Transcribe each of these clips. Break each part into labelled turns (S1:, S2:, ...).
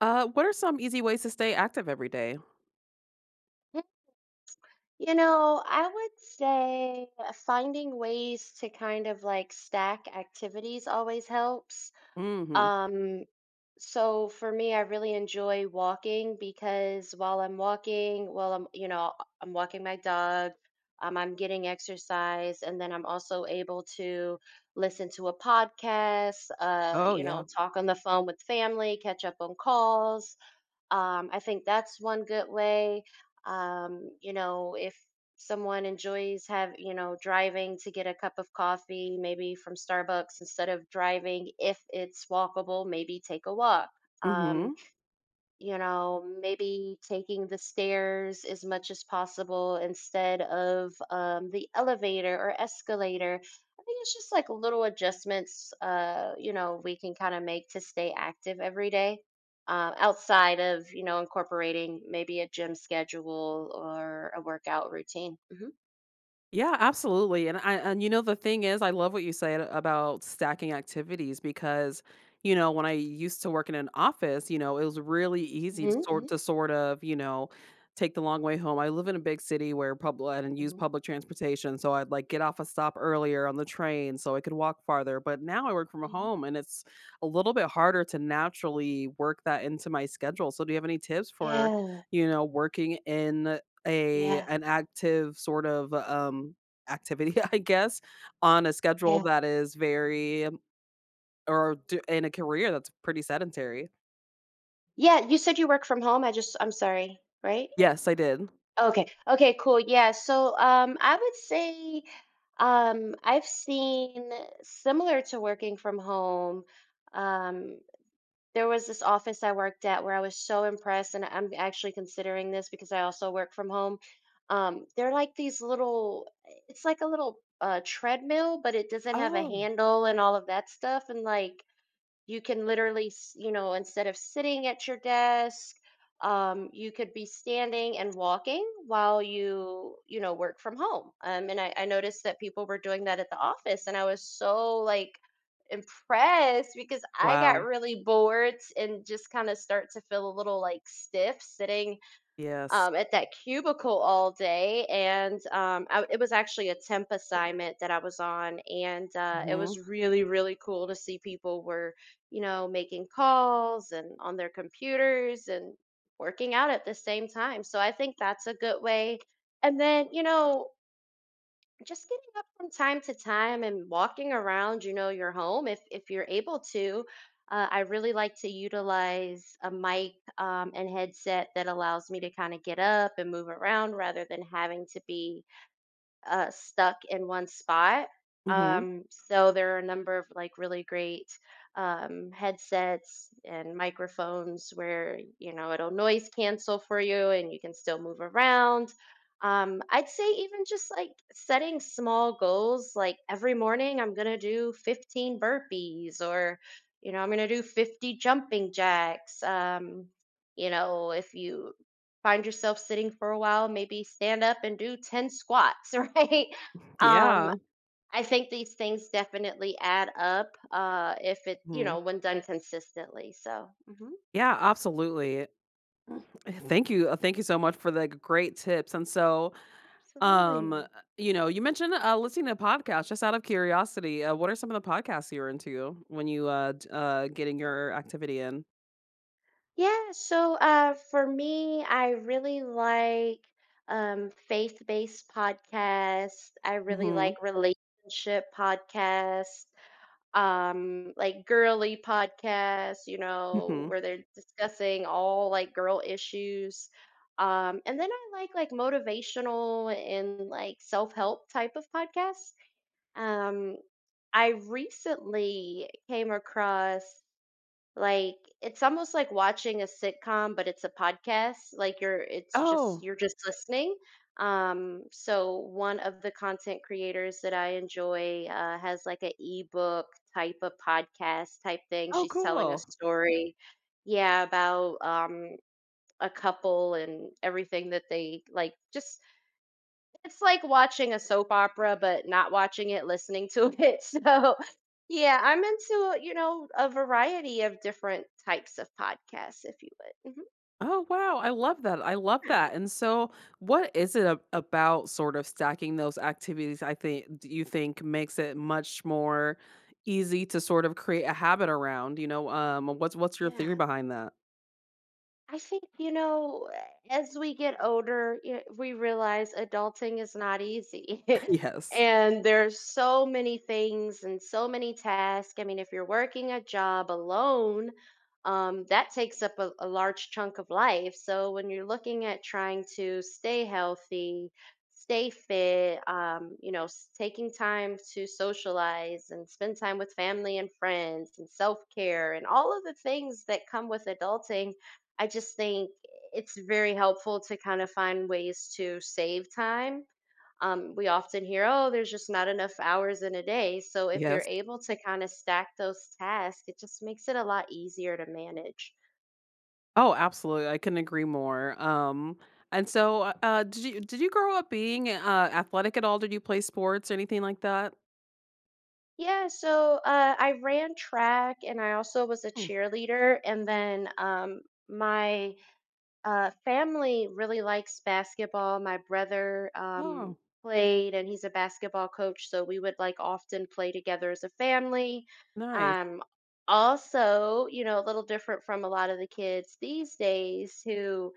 S1: What are some easy ways to stay active every day?
S2: I would say finding ways to kind of like stack activities always helps.
S1: Mhm.
S2: Um, so for me, I really enjoy walking because while I'm walking, I'm walking my dog, I'm getting exercise, and then I'm also able to listen to a podcast,
S1: Oh, yeah.
S2: talk on the phone with family, catch up on calls, I think that's one good way. If someone enjoys have you know driving to get a cup of coffee, maybe from Starbucks, instead of driving, if it's walkable, maybe take a walk. Um,
S1: Mhm.
S2: maybe taking the stairs as much as possible instead of the elevator or escalator. I think it's just like little adjustments we can kind of make to stay active every day, outside of, incorporating maybe a gym schedule or a workout routine.
S1: Yeah, absolutely, and I and you know, the thing is, I love what you said about stacking activities because, you know, when I used to work in an office, you know, it was really easy to
S2: Hmm hmm
S1: sort of, you know, take the long way home. I live in a big city where public and use
S2: hmm
S1: public transportation, so I'd like get off a stop earlier on the train so I could walk farther. But now I work from
S2: hmm
S1: home and it's a little bit harder to naturally work that into my schedule. So do you have any tips for,
S2: Yeah,
S1: you know, working in a
S2: yeah,
S1: an active sort of, activity, I guess, on a schedule
S2: yeah.
S1: that is very or d in a career that's pretty sedentary.
S2: Yeah, you said you work from home. I'm sorry, right?
S1: Yes, I did.
S2: Okay. Okay, cool. Yeah. So I would say I've seen, similar to working from home, Um there was this office I worked at where I was so impressed, and I'm actually considering this because I also work from home. They're like these little, it's like a little treadmill, but it doesn't have a
S1: Oh,
S2: handle and all of that stuff, and like you can you know, instead of sitting at your desk, you could be standing and walking while you know work from home. And I noticed that people were doing that at the office, and I was so like impressed because I got
S1: wow.
S2: really bored and just kind of start to feel a little like stiff sitting
S1: Yes.
S2: at that cubicle all day. It was actually a temp assignment that I was on. And it
S1: Mhm,
S2: was really, really cool to see people were, you know, making calls and on their computers and working out at the same time. So I think that's a good way. And then, you know, just getting up from time to time and walking around, you know, your home, if you're able to. I really like to utilize a mic and headset that allows me to kind of get up and move around rather than having to be stuck in one spot.
S1: mhm.
S2: So there are a number of like really great headsets and microphones where, you know, it'll noise cancel for you and you can still move around. I'd say even just like setting small goals, like every morning I'm gonna do 15 burpees, or, you know, I'm gonna do 50 jumping jacks. You know, if you find yourself sitting for a while, maybe stand up and do 10 squats, right? Um,
S1: Yeah,
S2: I think these things definitely add up, if it, you
S1: mhm.
S2: know, when done consistently. So, mhm,
S1: Yeah, absolutely. Thank you so much for the great tips, and so, um, uh,
S2: absolutely.
S1: you know, you mentioned, listening to podcasts, just out of curiosity, what are some of the podcasts you're into when you, d getting your activity in?
S2: Yeah. So, for me, I really like faith based podcasts, I really like
S1: Mhm.
S2: relationship podcasts, like girly podcasts, you know,
S1: Mhm.
S2: where they're discussing all like girl issues, and then I like motivational and like self-help type of podcasts. Um i recently came across, like, it's almost like watching a sitcom, but it's a podcast. Like you're it's just,
S1: Oh.
S2: you're just listening. So one of the content creators that I enjoy has like a ebook type of podcast type thing.
S1: Oh,
S2: She's telling a
S1: cool.
S2: story, yeah, about a couple and everything that they, like just it's like watching a soap opera, but not watching it, listening to it. So, yeah, I'm into, you know, a variety of different types of podcasts, if you would. Mhm.
S1: Oh, wow, I love that,
S2: Yeah.
S1: and so what is it a about sort of stacking those activities, I think do you think makes it much more easy to sort of create a habit around, you know, what's your theory
S2: Yeah.
S1: behind that?
S2: I think, you know, as we get older, we realize adulting is not easy.
S1: Yes.
S2: And there's so many things and so many tasks. I mean, if you're working a job alone, that takes up a large chunk of life. So when you're looking at trying to stay healthy, stay fit, taking time to socialize and spend time with family and friends and self care and all of the things that come with adulting, I just think it's very helpful to kind of find ways to save time. We often hear, oh, there's just not enough hours in a day. So if you're
S1: Yes.
S2: able to kind of stack those tasks, it just makes it a lot easier to manage.
S1: Oh, absolutely, I couldn't agree more, and so, did you grow up being, athletic at all? Did you play sports or anything like that?
S2: Yeah, so I ran track and I also was a
S1: Oh.
S2: cheerleader. And then my family really likes basketball. My brother
S1: Oh,
S2: played, and he's a basketball coach, so we would like often play together as a family.
S1: nice.
S2: Um, Also, you know, a little different from a lot of the kids these days who,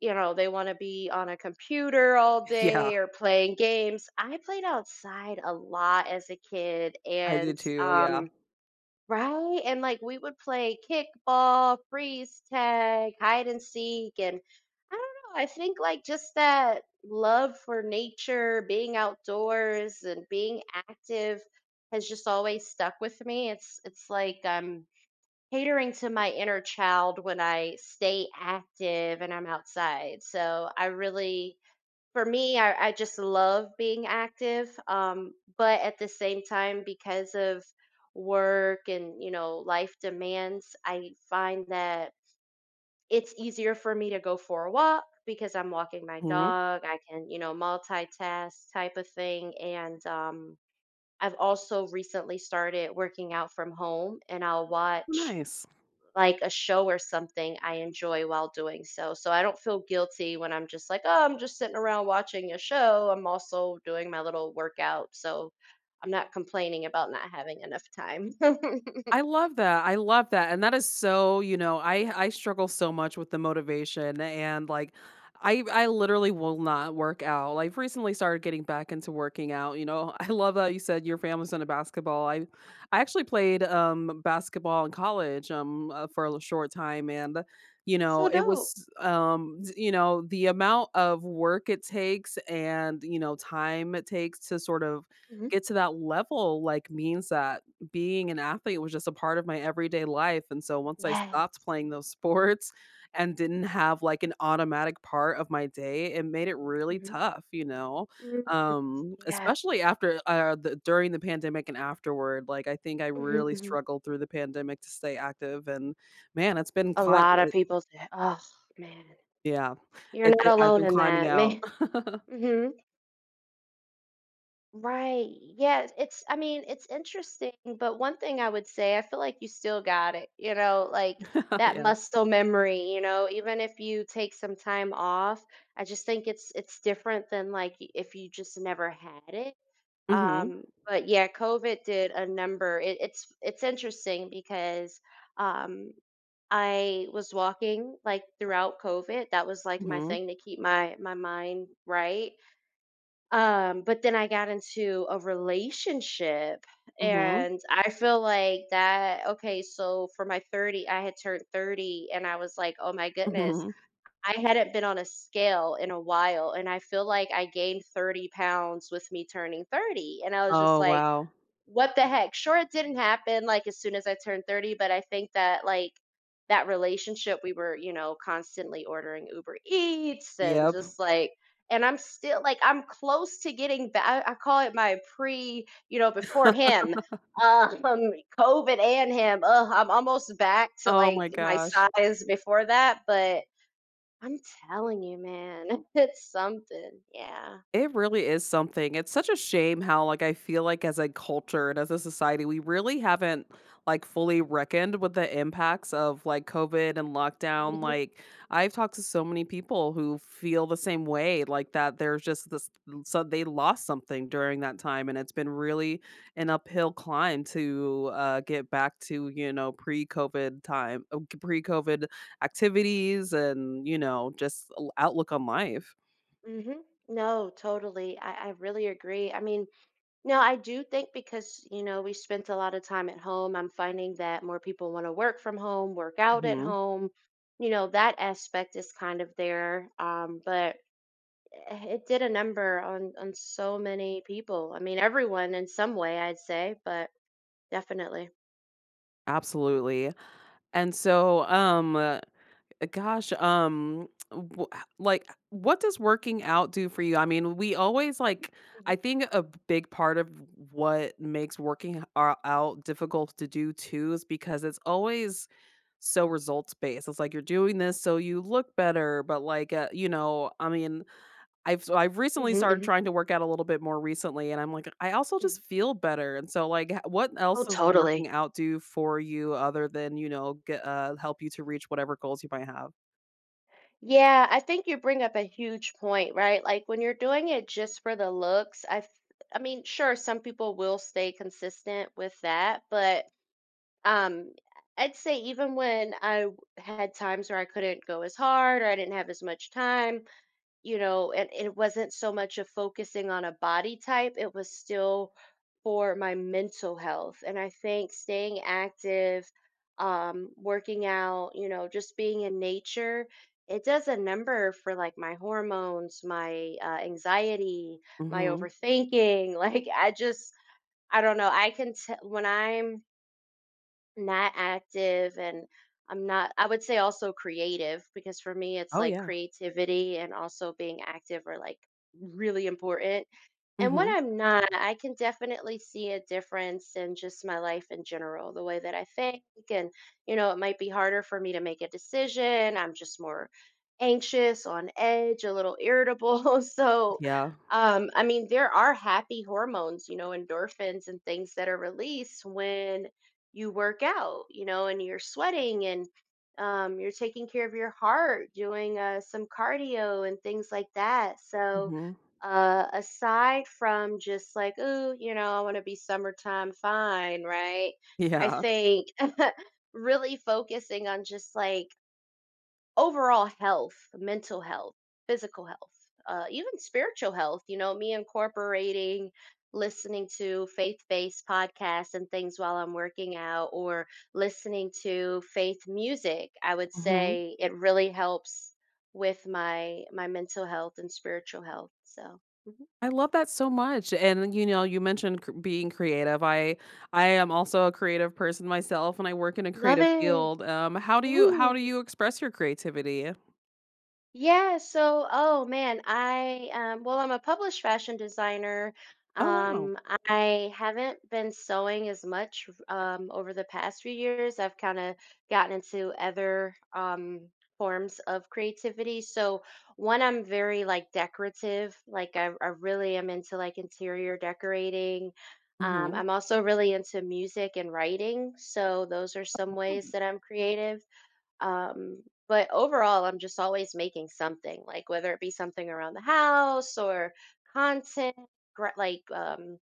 S2: you know, they want to be on a computer all
S1: Yeah,
S2: day or playing games. I played outside a lot as a kid,
S1: I
S2: and
S1: did too, yeah.
S2: right? And like we would play kickball, freeze tag, hide and seek, and I don't know, I think like just that love for nature, being outdoors and being active has just always stuck with me. It's like I'm catering to my inner child when I stay active and I'm outside. So I really, for me, I just love being active. But at the same time, because of work and, you know, life demands, I find that it's easier for me to go for a walk because I'm walking my
S1: Mhm.
S2: dog. I can, you know, multitask type of thing. And I've also recently started working out from home and I'll watch
S1: Nice.
S2: like a show or something I enjoy while doing so. So I don't feel guilty when I'm just like, oh, I'm just sitting around watching a show. I'm also doing my little workout. So I'm not complaining about not having enough time. That's
S1: I love that. I love that, and that is so, you know, I struggle so much with the motivation and like I literally will not work out. Like, I've recently started getting back into working out, you know. I love that you said your family's into basketball. I actually played basketball in college for a short time and you
S2: so
S1: know, it
S2: dope.
S1: was you know, the amount of work it takes and, you know, time it takes to sort of
S2: hmm
S1: get to that level like means that being an athlete was just a part of my everyday life, and so once I stopped
S2: Yes.
S1: playing those sports and didn't have, like, an automatic part of my day, it made it really
S2: hmm
S1: tough, you know?
S2: mm Yeah.
S1: Especially after, the during the pandemic and afterward, like, I think I
S2: hmm
S1: really
S2: hmm
S1: struggled through the pandemic to stay active and, man, it's been
S2: A
S1: climbing.
S2: lot of
S1: It
S2: people say, oh, man,
S1: Yeah.
S2: you're
S1: It
S2: not
S1: it I've
S2: alone
S1: been
S2: in
S1: climbing
S2: that,
S1: out.
S2: man. hmm Right. Yes. I mean, it's interesting, but one thing I would say, I feel like you still got it, you know, like that
S1: Yeah.
S2: muscle memory, you know, even if you take some time off, I just think it's different than like if you just never had it.
S1: Mm.
S2: But yeah, COVID did a number. It's interesting because um I was walking like throughout COVID. That was like
S1: Mhm.
S2: my
S1: Mm.
S2: thing to keep my mind right, but then I got into a relationship
S1: Mhm.
S2: and I feel like that, okay, so for my 30, I had turned 30 and I was like, "Oh my
S1: Mhm.
S2: goodness,
S1: Mhm.
S2: I hadn't been on a scale in a while and I feel like I gained 30 pounds with me turning 30." And I was just
S1: Oh,
S2: like,
S1: wow.
S2: what the heck? Sure, it didn't happen, like, as soon as I turned 30, but I think that, like, that relationship, we were, you know, constantly ordering Uber Eats and
S1: Yep.
S2: just, like, and I'm still like, I'm close to getting back. I call it my pre, you know, before him, um, COVID and him, ugh, I'm almost back to,
S1: Oh
S2: like,
S1: my
S2: my
S1: gosh.
S2: size before that, but I'm telling you, man, it's something. Yeah.
S1: It really is something. It's such a shame how, like, I feel like as a culture and as a society, we really haven't like fully reckoned with the impacts of like COVID and lockdown.
S2: Mhm,
S1: Like, I've talked to so many people who feel the same way, like that there's just this so they lost something during that time, and it's been really an uphill climb to get back to you know pre-COVID time, pre-COVID activities, and you know just outlook on life.
S2: mhm. No, totally. I really agree. I mean, no, I do think because, you know, we spent a lot of time at home, I'm finding that more people want to work from home, work out at home. You know, that aspect is kind of there. But it did a number on so many people. I mean, everyone in some way, I'd say, but definitely.
S1: Absolutely. And so, gosh, w like, what does working out do for you? I mean, we always like
S2: Mhm.
S1: I think a big part of what makes working ou out difficult to do too is because it's always so results based. It's like you're doing this so you look better, but like, you know, I mean, I've recently
S2: Mhm,
S1: started
S2: mhm,
S1: trying to work out a little bit more recently, and I'm like, I also just
S2: mhm.
S1: feel better, and so, like, h what
S2: Oh,
S1: else does working
S2: totally.
S1: out do for you other than, you know, get help you to reach whatever goals you might have?
S2: Yeah, I think you bring up a huge point, right? Like when you're doing it just for the looks, I mean, sure, some people will stay consistent with that, but Um, I'd say even when had times where I couldn't go as hard or I didn't have as much time, you know, and it wasn't so much of focusing on a body type, it was still for my mental health. And I think staying active, working out, you know, just being in nature, it does a number for like my hormones, my anxiety, my
S1: Mhm.
S2: overthinking. Like I just, I don't know. I can tell when I'm not active, and I'm not, I would say, also creative, because for me it's
S1: Oh,
S2: like
S1: yeah.
S2: creativity and also being active are like really important, and when
S1: Mhm.
S2: I'm not, I can definitely see a difference in just my life in general, the way that I think. And, you know, it might be harder for me to make a decision. I'm just more anxious, on edge, a little irritable. So,
S1: Yeah.
S2: I mean, there are happy hormones, you know, endorphins and things that are released when you work out, you know, and you're sweating and you're taking care of your heart, doing some cardio and things like that. So,
S1: Mhm.
S2: aside from just like, oh, you know, I want to be summertime fine, right? I
S1: Yeah.
S2: think really focusing on just like overall health, mental health, physical health, even spiritual health, you know, me incorporating, listening to faith-based podcasts and things while I'm working out, or listening to faith music, I would
S1: Mhm.
S2: say it really helps with my mental health and spiritual health. So mhm.
S1: I love that so much, and, you know, you mentioned cr being creative. I am also a creative person myself, and I work in a
S2: Love
S1: creative
S2: it.
S1: field. How do you
S2: Ooh.
S1: express your creativity?
S2: Yeah, so oh man, I well I'm a published fashion designer.
S1: Oh, wow.
S2: Um I haven't been sewing as much over the past few years. I've kind of gotten into other forms of creativity. So one, I'm very like decorative, like, I really am into like interior decorating.
S1: Mhm.
S2: I'm also really into music and writing. So those are some ways that I'm creative. Um, but overall, I'm just always making something, like whether it be something around the house or content, gra- like um,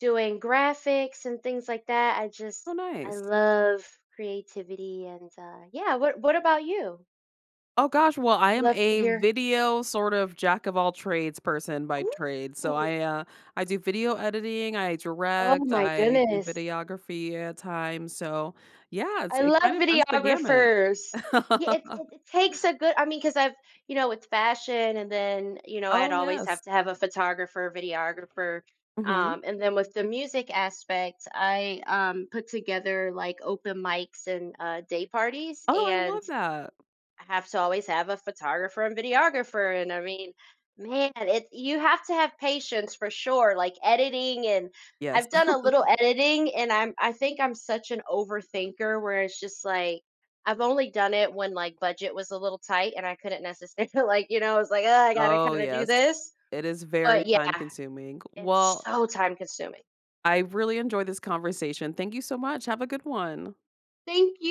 S2: doing graphics and things like that. I
S1: Oh,
S2: just I
S1: nice.
S2: love creativity, and yeah. What about you?
S1: Oh gosh, well, I am
S2: Love to
S1: a
S2: hear.
S1: video sort of jack of all trades person by trade.
S2: Ooh,
S1: I do video editing, I
S2: oh
S1: direct,
S2: my
S1: I do
S2: goodness.
S1: videography at times. So yeah,
S2: I
S1: it kind
S2: love
S1: of runs the gamut.
S2: videographers. Yeah, it, it it takes a good, I mean, because I've, you know, with fashion and then, you know,
S1: Oh
S2: I'd always have
S1: yes.
S2: to have a photographer, videographer.
S1: Hmm.
S2: And then with the music aspect, I put together like open mics and day parties.
S1: Oh, I
S2: And
S1: love that.
S2: I have to always have a photographer and videographer. And I mean, man, it you have to have patience for sure. Like editing and
S1: Yes.
S2: I've done a little editing, and I think I'm such an overthinker where it's just like, I've only done it when like budget was a little tight and I couldn't necessarily like, you know, it's like, oh, I gotta
S1: Oh
S2: kind of do
S1: yes.
S2: this.
S1: It is very
S2: But yeah,
S1: time consuming.
S2: it's
S1: Well,
S2: so time consuming.
S1: I really enjoyed this conversation. Thank you so much. Have a good one.
S2: Thank you.